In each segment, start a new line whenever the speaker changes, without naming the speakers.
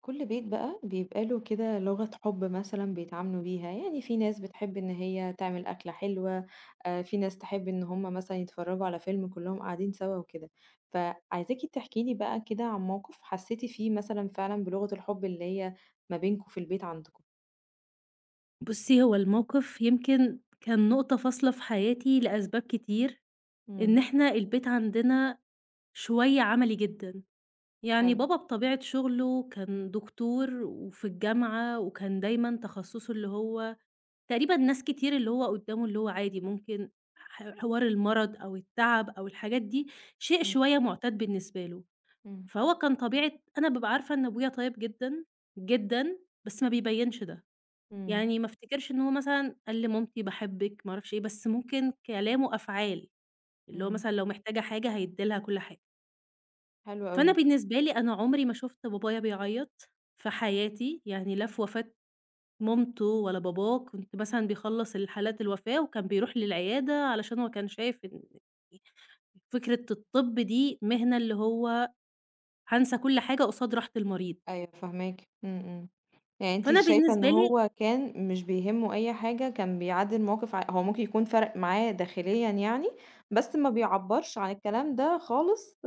كل بيت بقى بيبقى له كده لغة حب مثلا بيتعاملوا بيها. يعني في ناس بتحب ان هي تعمل أكلة حلوة، آه، في ناس تحب ان هم مثلا يتفرجوا على فيلم كلهم قاعدين سوا وكده. فعايزاكي تحكي لي بقى كده عن موقف حسيتي فيه مثلا فعلا بلغة الحب اللي هي ما بينكم في البيت عندكم.
بُصّي، هو الموقف يمكن كان نقطة فاصلة في حياتي لأسباب كتير، إن
امم.
إحنا البيت عندنا شوية عملي جدًا، يعني
حلو.
بابا بطبيعة شغله كان دكتور وفي الجامعة وكان دايمًا تخصُّصه اللي هو تقريبًا ناس كتير اللي هو قدّامه اللي هو عادي ممكن حوار المرض أو التعب أو الحاجات دي شيء
مم.
شوية معتاد بالنسبة له،
مم.
فهو كان طبيعة أنا بابقى عارفة إن أبويا طيب جدًا، جدًا، بس ما بيبيّنش ده.
امم.
يعني ما افتكرش إن هو مثلًا قال لمامتي باحبِّك ما أعرفش إيه، بس ممكن كلام وأفعال، اللي هو
امم،
مثلًا لو محتاجة حاجة هيدّي لها كل حاجة.
حلو قوي.
فأنا بالنسبة لي أنا عمري ما شُفت بابايا بيعيّط في حياتي، يعني لا في وفاة مامته ولا باباه، كنت مثلًا بيخلّص الحالات الوفاة وكان بيروح للعيادة علشان هو كان شايف إن فكرة الطِب دي مهنة اللي هو هانسى كل حاجة قصاد راحة المريض.
أيوه فاهماكِ، إمم، إمم. يعني أنتِ
فأنا
شايفة إن
بالنسبة لي
هو كان مش بيهمه أي حاجة، كان بيعدّي المواقف هو ممكن يكون فرق معاه داخليًا يعني، بس ما بيعبّرش عن الكلام ده خالص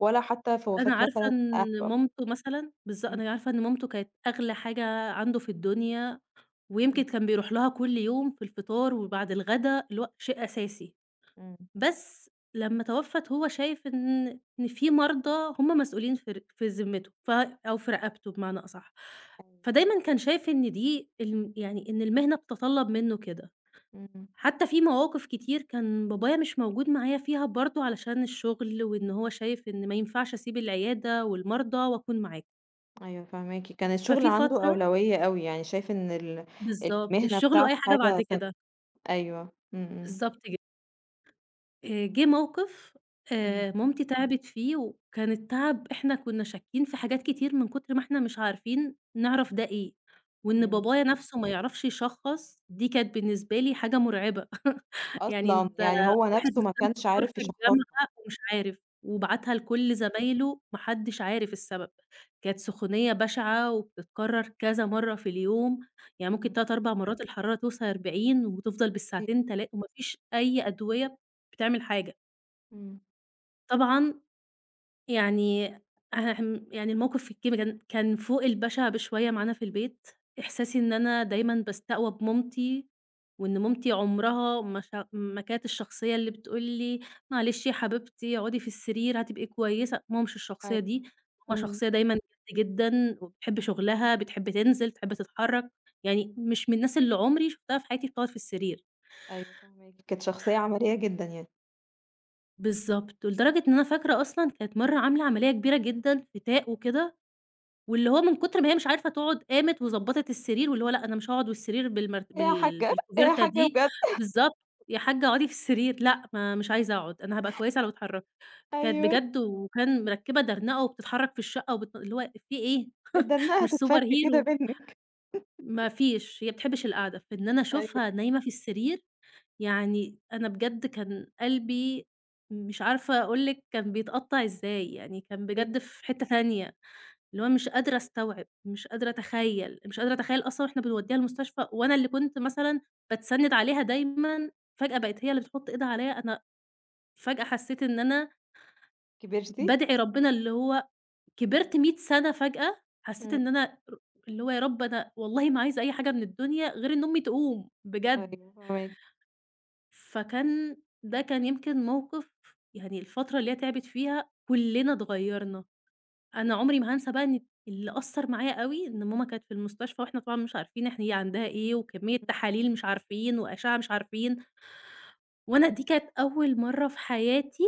ولا حتى في وفاة مثلًا أهله. إمم،
أنا عارفة إن مامته كانت أغلى حاجة عنده في الدنيا، ويمكن
إمم،
كان بيروح لها كل يوم في الفطار وبعد الغدا، اللي هو شيء أساسي.
إمم،
بس لمّا توفّت هو شايف إن في مرضى هم مسؤولين في ذمته أو في رقبته بمعنى أصح.
أيوه،
فدايمًا كان شايف إن دي الم يعني إن المهنة بتتطلّب منّه كده.
إمم،
حتى في مواقف كتير كان بابايا مش موجود معايا فيها برضه علشان الشغل، وإن هو شايف إن ما ينفعش أسيب العيادة والمرضى وأكون معاكم،
أيوه فاهماكِ. كان الشغل
ففي
عنده
فترة
أولوية أوي، يعني شايف إن
بالضبط،
المهنة
الشغل وأي
بتاعته
حاجة بعد
حاجة
كده،
سامية. أيوه، إمم، إمم،
بالضبط جِه موقِف
إمم،
مامتي تعبِت فيه وكان التعب إحنا كُنّا شاكين في حاجات كتير من كتر ما إحنا مش عارفين نعرف ده إيه، وإن
أيوه.
بابايا نَفْسه ما يعرفش يشخّص دي كانت بالنسبة لي حاجة مرعبة. يعني
أصلًا
أنت
يعني هو
واحد
نَفْسه ما
أسنان
كانش
دكتور
عارف
في
يشخّصها.
الجامعة ومش عارف وبعتها
إمم،
لكل زمايله ما حدّش عارف السبب. كانت سخونية بشعة وبتتكرّر كذا مرّة في اليوم، يعني ممكن
إمم،
3، 4 مرّات الحرارة توصل 40 وتفضل
كتير.
بالساعتين، وما فيش أي أدوية بتعمل حاجة.
إمم.
طبعًا يعني أهم يعني الموقف الكب كان كان فوق البشع بشوية معانا في البيت، إحساسي إن أنا دايمًا باستقوى بمامتي، وإن مامتي عمرها ما ش ما كانت الشخصية اللي بتقول لي: "معلش يا حبيبتي اقعدي في السرير هتبقي كويسة." ماما مش الشخصية دي،
أيوه.
ماما
إمم.
شخصية دايمًا جدًا وبتحب شغلها، بتحب تنزل، بتحب تتحرك، يعني مش من الناس اللي عمري شُفتها في حياتي بتقعد في السرير.
أيوه فاهماكِ. كانت شخصية عملية جدًا يعني.
بالضبط، ولدرجة إن أنا فاكرة أصلًا كانت مرّة عاملة عملية كبيرة جدًا في تاء
إمم.
وكده، واللي هو من كتر ما هي مش عارفة تقعد قامت وضبّطت السرير، واللي هو لأ أنا مش هاقعد والسرير بالمر
إيه يا
بال
حاجّة، إيه يا
بالكوفيرتا
حاجّة
دي
بجد.
بالضبط، يا حاجة اقعدي في السرير، لأ ما مش عايزة أقعد، أنا هابقى كويسة لو اتحركت، كانت
أيوه.
بجد وكان مركبة درنقة وبتتحرك في الشقة اللي هو في إيه؟
الدنّاها
مش سوبر
تتفك كده
هيرو،
منِّك.
ما فيش، هي بتحبش القعدة، فإن أنا أشوفها
أيوه.
نايمة في السرير يعني أنا بجد كان قلبي مش عارفة
إمم.
أقول لِك كان بيتقطّع إزاي، يعني كان بجد
أيوه.
في حتّة تانية، اللي هو مش قادرة أستوعب، مش قادرة أتخيّل، مش قادرة أتخيّل أصلًا وإحنا بنودّيها المستشفى وأنا اللي كنت مثلًا باتسنّد عليها دايمًا، فجأة بقت هي اللي بتحُط إيدها عليَّ، أنا فجأة حسّيت إن أنا
كبرتِ؟
بادعي ربنا اللي هو كبرت 100 سَنة فجأة، حسّيت إن
إمم.
أنا ر اللي هو يا رب أنا والله ما عايزة أي حاجة من الدنيا غير إن أمي تقوم بجد.
أيوه فاهماكِ.
فكان ده كان يمكن موقف يعني الفترة اللي هي تعبِت فيها كُلّنا اتغيّرنا، أنا عمري ما هانسى بقى إن اللي أثّر معايا أوي إن ماما كانت في المستشفى وإحنا طبعًا مش عارفين إحنا هي عندها إيه، وكمية
إمم.
تحاليل مش عارفين، وأشعة مش عارفين، وأنا دي كانت أول مرّة في حياتي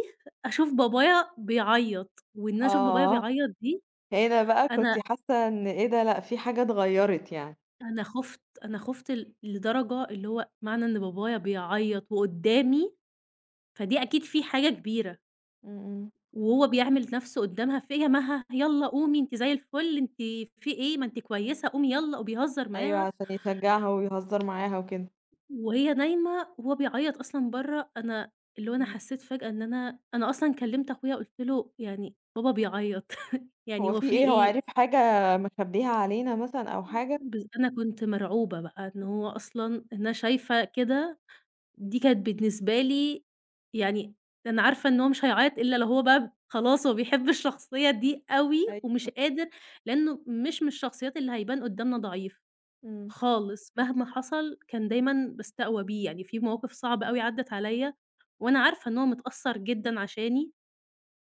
أشوف بابايا بيعيّط، وإن أنا أشوف بابايا
آه.
بيعيّط دي
هنا بقى كنتِ
أنا
حاسّة إن إيه ده، لأ في حاجة اتغيّرت يعني.
أنا خُفت، أنا خُفت لدرجة اللي هو معنى إن بابايا بيعيّط وقُدّامي، فدي أكيد في حاجة كبيرة.
إمم، إمم.
وهو بيعمل نَفْسه قدّامها فيا مها، يالّا قومي أنتِ زي الفل، أنتِ في إيه، ما أنتِ كويسة قومي يالّا، وبيهزر
أيوه،
معاها
عشان يشجّعها ويهزّر معاها وكده.
وهي نايمة وهو بيعيّط أصلًا برّه، أنا اللي هو أنا
إمم.
حسّيت فجأة إن أنا أصلًا كلّمت أخويا قُلت له: "يعني بابا بيعيّط يعني
هو
هو
في
في
إيه، هو
إيه؟"
عرف حاجة مخبّيها علينا مثلًا أو حاجة؟
بس أنا كنت مرعوبة بقى إن
إمم.
هو أصلًا إن أنا شايفة كده دي كانت بالنسبة لي يعني أنا عارفة إن هو مش هيعيّط إلا لو هو بقى خلاص هو بيحب الشخصية دي أوي ومش
أيوه.
قادر لإنه مش من الشخصيات اللي هيبان قدّامنا ضعيف
إمم.
خالص، مهما حصل كان دايمًا باستقوى بيه، يعني في مواقف صعبة أوي عدّت عليّا وأنا عارفة إن هو متأثّر جدًا عشاني،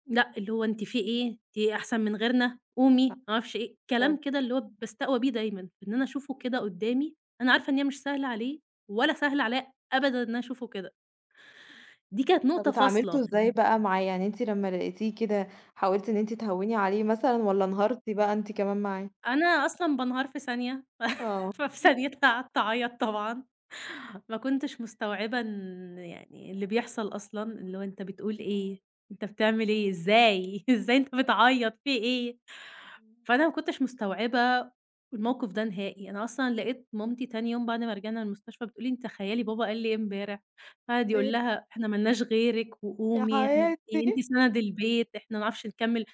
لأ اللي هو أنتِ في إيه؟ أنتِ إيه أحسن من غيرنا، قومي
صح.
ما أعرفش إيه،
برافو.
كلام كده اللي هو باستقوى بيه دايمًا، إن أنا أشوفه كده
أيوه.
قدّامي أنا عارفة إن هي مش سهلة عليه ولا سهل عليّا أبدًا إن أنا أشوفه كده. دي كانت
طَب
نقطة
اتعاملتوا
فاصلة،
إزاي بقى معاه؟ يعني أنتِ لمّا لقيتيه كده حاولتِ إن أنتِ تهوّني عليه مثلًا والّا انهارتِ بقى أنتِ كمان معاه؟
أنا أصلًا بانهار في ثانية،
آه،
ففي ثانيتها قعدت أعيّط طبعًا، ما كنتش مستوعبة إن يعني اللي بيحصل أصلًا، اللي هو أنت بتقول إيه، أنت بتعمل إيه، إزاي، إزاي أنت بتعيّط، في إيه؟ فأنا ما كنتش مستوعبة الموقف ده نهائي، أنا أصلًا لقيت مامتي تاني يوم بعد ما رجعنا المستشفى بتقول لي: "أنتِ تخيّلي بابا قال لي إيه امبارح؟" فقعد يقول
إيه،
لها: "إحنا ما لناش غيرِك
يا
وقومي، إحن إيه، أنتِ
حياتي،
سَند البيت، إحنا ما نعرفش نكمّل."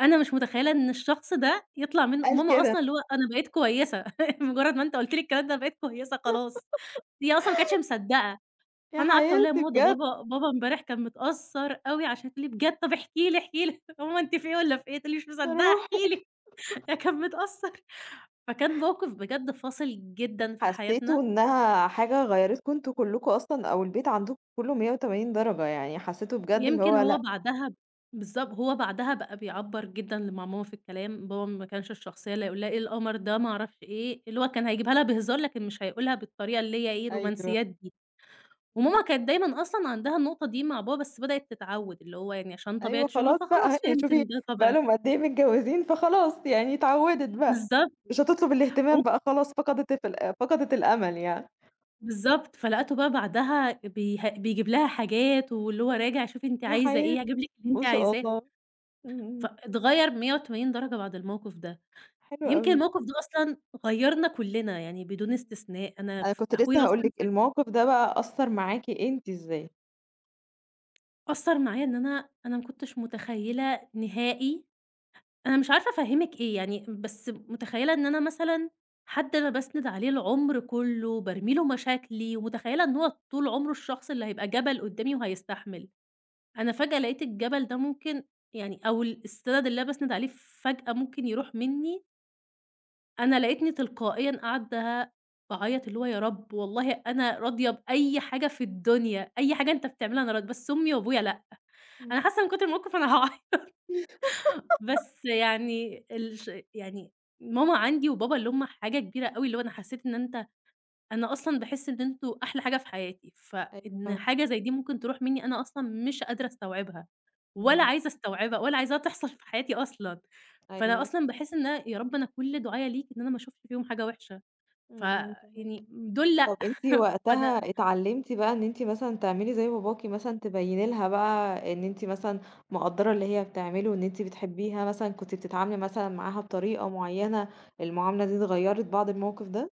أنا مش متخيّلة إن الشخص ده يطلع منّه
قال
ماما
كده،
أصلًا اللي هو أنا بقيت كويسة، مجرّد ما أنت قُلت لي الكلام ده بقيت كويسة خلاص، هي أصلًا ما كانتش مصدّقة،
يا
فأنا قعدت أقول لها: "يا
حياتي
ماما ده
بجد،
بابا امبارح كان متأثّر أوي عشان." تقول لي: "بجد؟ طَب احكي لي، احكي لي." "يا ماما أنتِ في إيه والّا في إيه؟" تقول لي: "مش
يا
مصدّقة احكي
روحي.
لي، ده كان متأثّر." فكان موقِف بجد فاصل جدًا في
حسيتوا
حياتنا.
إنها حاجة غيّرتكم أنتم كلّكم أصلًا أو البيت عندكم كلّه 180 درجة، يعني حسيتوا بجد اللي
يمكن
هو
هو
لأ.
بعدها هو
إمم،
بعدها بقى بيعبّر جدًا لمع ماما في الكلام، بابا ما كانش الشخصية اللي هيقول لها إيه القمر ده ما أعرفش إيه، اللي هو كان هيجيبها
إمم،
لها بهزار لكن مش هيقولها بالطريقة اللي هي إيه
أيوه.
الرومانسيات دي، وماما كانت دايمًا أصلًا عندها النقطة دي مع بابا بس بدأت تتعوّد، اللي هو يعني عشان طبيعة
أيوه
شغله
خلاص بقى
فخلاص
أهي
فهمت
شوفي
إن ده
بقى
طبيعته،
لهم قد إيه متجوزين، فخلاص يعني اتعوّدت بقى،
بالضبط
مش هتطلب
هو
الاهتمام بقى خلاص فقدت ف ال فقدت الأمل يعني.
بالضبط، فلقيته بقى بعدها بيه بيجيب لها حاجات واللي هو راجع شوفي أنتِ
يا
عايزة إيه،
حياتي،
هاجيب لِك اللي أنتِ
ما شاء
عايزاه،
الله، إمم، إمم،
فاتغيّر 180 درجة بعد الموقف ده.
حلو
يمكن
أوي.
الموقف ده أصلًا غيّرنا كُلّنا، يعني بدون
إمم.
استثناء. أنا
أنا
ف
كنت لسه
أخويا
هاقول
أصلًا
لِك
ف
الموقف ده بقى أثّر معاكِ أنتِ إزاي؟
أثّر معايا إن أنا ما كنتش متخيّلة نهائي أنا مش عارفة أفهّمِك إيه يعني، بس متخيّلة إن أنا مثلًا حد أنا باسند عليه العُمر كُلّه، بارمي له مشاكلي، ومتخيّلة إن هو طول عُمره الشخص اللي هيبقى جبل قُدّامي وهيستحمل. أنا فجأة لقيت الجبل ده ممكن يعني أو ال السَنَد اللي أنا باسند عليه فجأة ممكن يروح منّي أنا لقيتني تلقائيًا قاعدة باعيّط اللي هو يا رب والله أنا راضية بأي حاجة في الدنيا، أي حاجة أنت بتعملها أنا راضية، بس أمي وأبويا لأ،
إمم،
أنا حاسة من كتر الموقف أنا هاعيط بس يعني يعني ماما عندي وبابا اللي هُم حاجة كبيرة أوي، اللي هو أنا حسيت إن أنت أنا أصلًا باحس إن أنتم أحلى حاجة في حياتي،
أيوه
فإن
فاهماكِ.
حاجة زي دي ممكن تروح مني أنا أصلًا مش قادرة أستوعبها، ولا
إمم،
عايزة أستوعبها ولا عايزاها تحصل في حياتي أصلًا، فأنا
أيوه،
أصلًا باحس إن أنا يا رب أنا كل دُعايا ليك إن أنا ما أشوفش فيهم حاجة وحشة. ف
إمم، إمم، فاهماكِ.
يعني دول لأ،
طب أنتِ
فأنا
وقتها اتعلمتِ بقى إن أنتِ مثلًا تعملي زي باباكِ مثلًا تبيّني لها بقى إن أنتِ مثلًا مقدّرة اللي هي بتعمله وإن أنتِ بتحبيها مثلًا، كنتِ بتتعاملي مثلًا معاها بطريقة معيّنة، المعاملة دي اتغيّرت بعد الموقف ده؟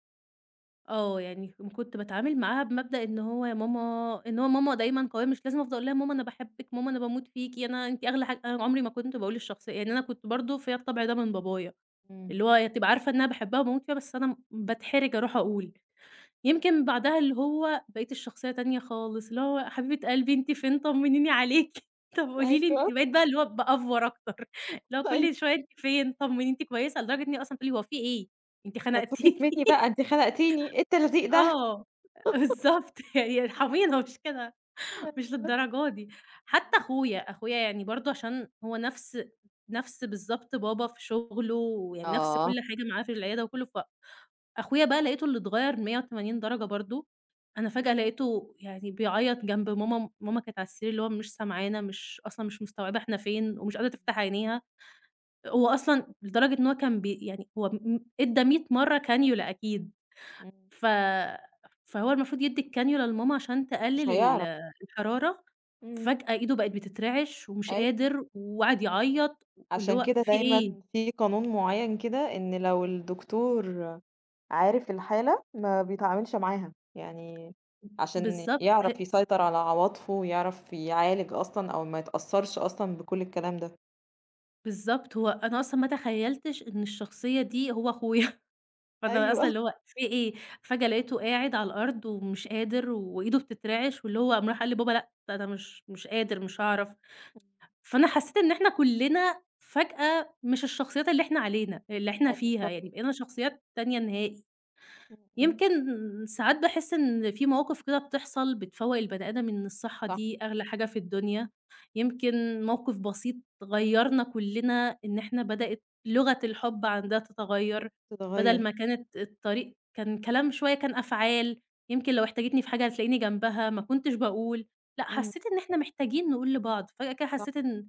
آه، يعني كنت باتعامل معاها بمبدأ إن هو يا ماما إن هو ماما دايمًا قوية مش لازم أفضل أقول لها ماما أنا باحبِك، ماما أنا باموت فيكِ، أنا أنتِ أغلى حاجة أنا عمري ما كنت باقول الشخصية يعني أنا كنت برضه فيّا الطبع ده من بابايا،
إمم.
اللي هو هي تبقى عارفة إن أنا باحبها وباموت فيها بس أنا باتحرج أروح أقول. يمكن بعدها اللي هو بقيت الشخصية تانية خالص، اللي هو حبيبة قلبي أنتِ فين طمنيني عليكِ، طب قولي لي أنتِ
أيوه،
بقيت بقى اللي هو بأفور أكتر، اللي هو كل
أيوه،
شوية أنتِ فين، طمنيني أنتِ كويسة، لدرجة إن هي أصلًا بتقول لي: "هو في إيه، أنتِ
ما تفكِك
خنقتيني."
مني بقى أنتِ خنقتيني، إيه التلزيق ده؟
آه، بالضبط يعني ارحمينا مش كده، مش
أيوه.
للدرجة دي. حتى
إمم.
أخويا، أخويا يعني برضه عشان هو نفس نفس بالضبط بابا في شغله، ويعني نفس
آه.
كل حاجة معاه في العيادة وكله، أخويا بقى لقيته اللي اتغيّر 180 درجة برضه، أنا فجأة
إمم،
لقيته يعني بيعيّط جنب ماما، ماما كانت على السرير اللي هو مش سامعانا، مش مستوعبة إحنا فين، ومش قادرة تفتح عينيها، هو أصلًا لدرجة إن هو كان بي يعني هو م ادّى 100 مرّة كانيولا أكيد،
إمم.
ف فهو المفروض يدّي الكانيولا لماما عشان
مش
تقلل
هيعرف.
الحرارة،
إمم،
فجأة إيده بقت بتترعش ومش
أيوه،
قادر وقعد يعيّط واللي
عشان
هو
كده
في
دايمًا
إيه؟
في قانون معيّن كده إن لو الدكتور عارف الحالة ما بيتعاملش معاها، يعني عشان
بالضبط.
يعرف يسيطر على عواطفه ويعرف يعالج أصلًا أو ما يتأثّرش أصلًا بكل الكلام ده.
بالضبط، هو أنا أصلًا ما تخيّلتش إن الشخصية دي هو أخويا، فأنا أصلًا
أيوه.
اللي هو في إيه، فجأة لقيته قاعد على الأرض ومش قادر وإيده بتترعش، واللي هو قام راح قال لبابا لأ، أنا مش قادر، مش هاعرف،
إمم،
فأنا حسّيت إن إحنا كُلّنا فجأة مش الشخصيات اللي إحنا علينا اللي إحنا
أيوه
فيها، يعني
فاهماكِ.
بقينا شخصيات تانية نهائي.
إمم، إمم،
يمكن ساعات باحس إن في مواقف كده بتحصل بتفوّق البني آدم إن الصحة
صح،
دي أغلى حاجة في الدنيا، يمكن موقف بسيط غيّرنا كلّنا إن إحنا بدأت لغة الحُب عندها تتغيّر، بدل
تتغيّر،
ما كانت الطريق كان كلام شوية كان أفعال، يمكن لو احتاجتني في حاجة هتلاقيني جنبها، ما كنتش باقول، لأ
إمم،
حسّيت إن إحنا محتاجين نقول لبعض، فجأة كده
صح،
حسّيت إن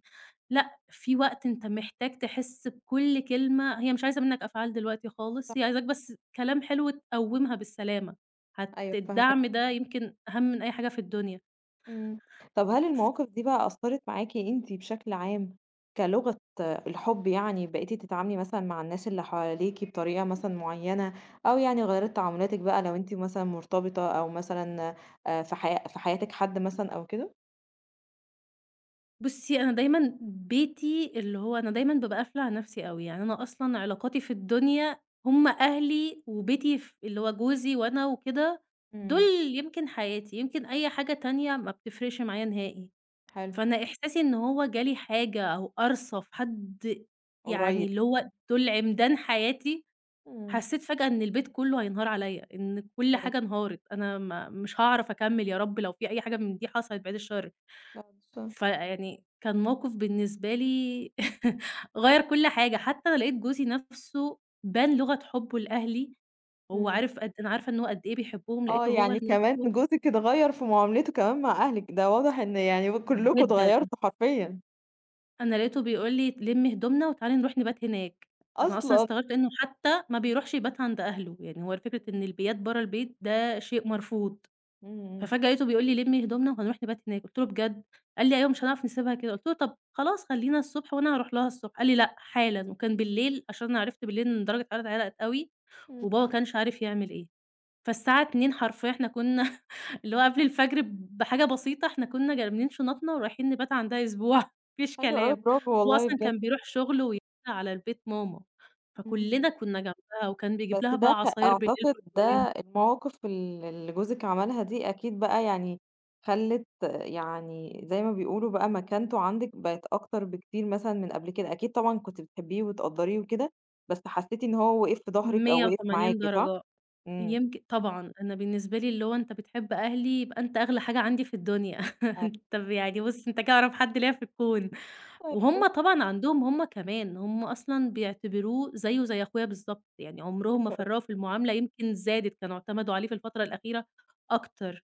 لأ، في وقت أنت محتاج تحس بكل كلمة هي مش عايزة منّك أفعال دلوقتي خالص،
صح،
هي عايزاك بس كلام حلو تقوّمها بالسلامة،
أيوه فاهماكِ
الدعم ده
فعلًا.
يمكن أهم من أي حاجة في الدنيا.
إمم. طب هل المواقف دي بقى أثّرت معاكِ أنتِ بشكل عام كلغة الحُب يعني، بقيتِ تتعاملي مثلًا مع الناس اللي حواليكِ بطريقة مثلًا معيّنة، أو يعني غيّرت تعاملاتِك بقى لو أنتِ مثلًا مرتبطة أو مثلًا في في حياتِك حد مثلًا أو كده؟
بُصّي، أنا دايمًا بيتي اللي هو أنا دايمًا بابقى قافلة على نَفْسي أوي، يعني أنا أصلًا علاقاتي في الدنيا هم أهلي وبيتي اللي هو جوزي وأنا وكده، دول
إمم،
يمكن حياتي، يمكن أي حاجة تانية ما بتفرقش معايا نهائي.
حلو،
فأنا إحساسي إن هو جالي حاجة أو أرصف حد يعني
قريب.
اللي هو دول عمدان حياتي،
إمم،
حسيت فجأة إن البيت كلّه هينهار عليّا، إن كل
أيوه،
حاجة انهارت، أنا ما مش هاعرف أكمّل يا رب لو في أي حاجة من دي حصلت بعد الشر،
بعد شهر.
فيعني كان موقف بالنسبة لي غيّر كل حاجة، حتى أنا لقيت جوزي نَفْسه بان لغة حُبّه لأهلي، هو
إمم.
عارف قد أنا عارفة إن هو قد إيه بيحبّهم،
آه،
لقيته هو
يعني كمان
لنَفْسه
جوزِك اتغيّر في معاملته كمان مع أهلِك، ده واضح إن يعني كلّكم
جدًا.
اتغيّرتوا حرفيًا،
أنا لقيته بيقول لي: "لمّي هدومنا وتعالي نروح نبات هناك." أنا أصلًا
أصلًا!
استغربت إنه حتى ما بيروحش يبات عند أهله، يعني هو فكرة
إمم،
إن البيات برّه البيت ده شيء مرفوض،
إمم،
ففجأة لقيته بيقول لي: "لمّي هدومنا وهنروح نبات هناك." قُلت له: "بجد؟" قال لي: "أيوه مش هنعرف نسيبها كده." قُلت له: "طب خلاص خلّينا الصبح وأنا هاروح لها الصبح." قال لي: "لأ حالًا." وكان بالليل عشان أنا عرفت بالليل إن درجة الحرارة اتعلقت أوي وبابا ما
إمم.
كانش عارف يعمل إيه، فالساعة 02:00 حرفيًا إحنا كنا اللي هو قبل الفجر بحاجة بسيطة، إحنا كنا رامين شنطنا ورايحين نبات عندها أسبوع ما فيش
حلو أوي،
كلام،
برافو
هو
والله
أصلًا كان
بجد.
بيروح شغل ويرجع على البيت ماما،
إمم.
فكلنا كنا جنبها وكان بيجيب
بس
لها بقى
ده
عصاير بالليل
أعتقد ده
برتقان
المواقف اللي جوزِك عملها دي أكيد بقى يعني خلِّت يعني زي ما بيقولوا بقى مكانته عندِك بقت أكتر بكتير مثلًا من قبل كده، أكيد طبعًا كنتِ بتحبيه وبتقدّريه وكده، بس حسّيتِ إن هو وقف في ضهرِك أو وقف
180
معاكِ صح؟
درجة،
إمم،
طبعًا أنا بالنسبة لي اللي هو أنت بتحب أهلي يبقى أنت أغلى حاجة عندي في الدنيا،
أيوه،
أنت ب يعني بُص أنت كده أقرب حد ليّا في الكون.
أيوه،
وهُم طبعًا عندهم هُم كمان، هُم أصلًا بيعتبروه زيه زي أخويا بالضبط، يعني عمرهم ما
حلو أوي،
فرّقوا في المعاملة، يمكن زادت، كانوا اعتمدوا عليه في الفترة الأخيرة أكتر.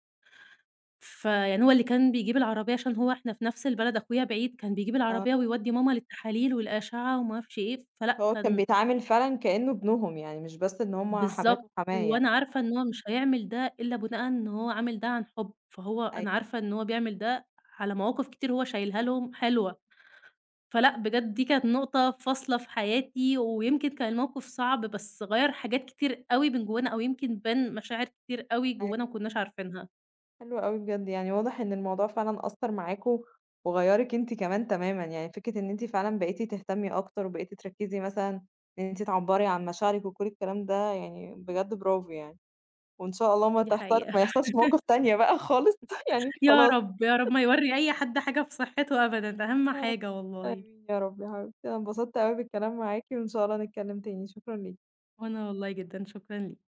فيعني هو اللي كان بيجيب العربية عشان هو إحنا في نفس البلد، أخويا بعيد، كان بيجيب
آه،
العربية ويودّي ماما للتحاليل والأشعة وما أعرفش إيه، فلأ
هو كان
كان
بيتعامل فعلًا كإنه ابنهم يعني مش بس إن هُم
بالضبط،
حماته وحماه
وأنا
يعني،
عارفة إن هو مش هيعمل ده إلا بناءً إن هو عامل ده عن حُب، فهو أنا
أيوه
عارفة إن
فاهماكِ،
هو بيعمل ده على مواقف كتير هو شايلها لهم حلوة. فلأ، بجد دي كانت نقطة فاصلة في حياتي، ويمكن كان الموقف صعب، بس غيّر حاجات كتير أوي من جوانا، أو يمكن بان مشاعر كتير أوي جوانا ما
أيوه.
كناش عارفينها،
حلو أوي بجد، يعني واضح إن الموضوع فعلًا أثّر معاكِ وغيّرِك أنتِ كمان تمامًا، يعني فكرة إن أنتِ فعلًا بقيتِ تهتمي أكتر وبقيتِ تركّزي مثلًا إن أنتِ تعبّري عن مشاعرِك وكل الكلام ده، يعني بجد برافو يعني، وإن شاء الله
دي حقيقة.
ما يحصلش مواقف تانية بقى خالص يعني
يا
خلاص.
رب، يا رب ما يورّي أي حد حاجة في صحته أبدًا، ده أهم
آمين،
حاجة والله.
آمين يا رب يا حبيبتي، أنا انبسطت أوي بالكلام معاكِ وإن شاء الله نتكلّم تاني، شكرًا ليكِ.
وأنا والله جدًا شكرًا ليك.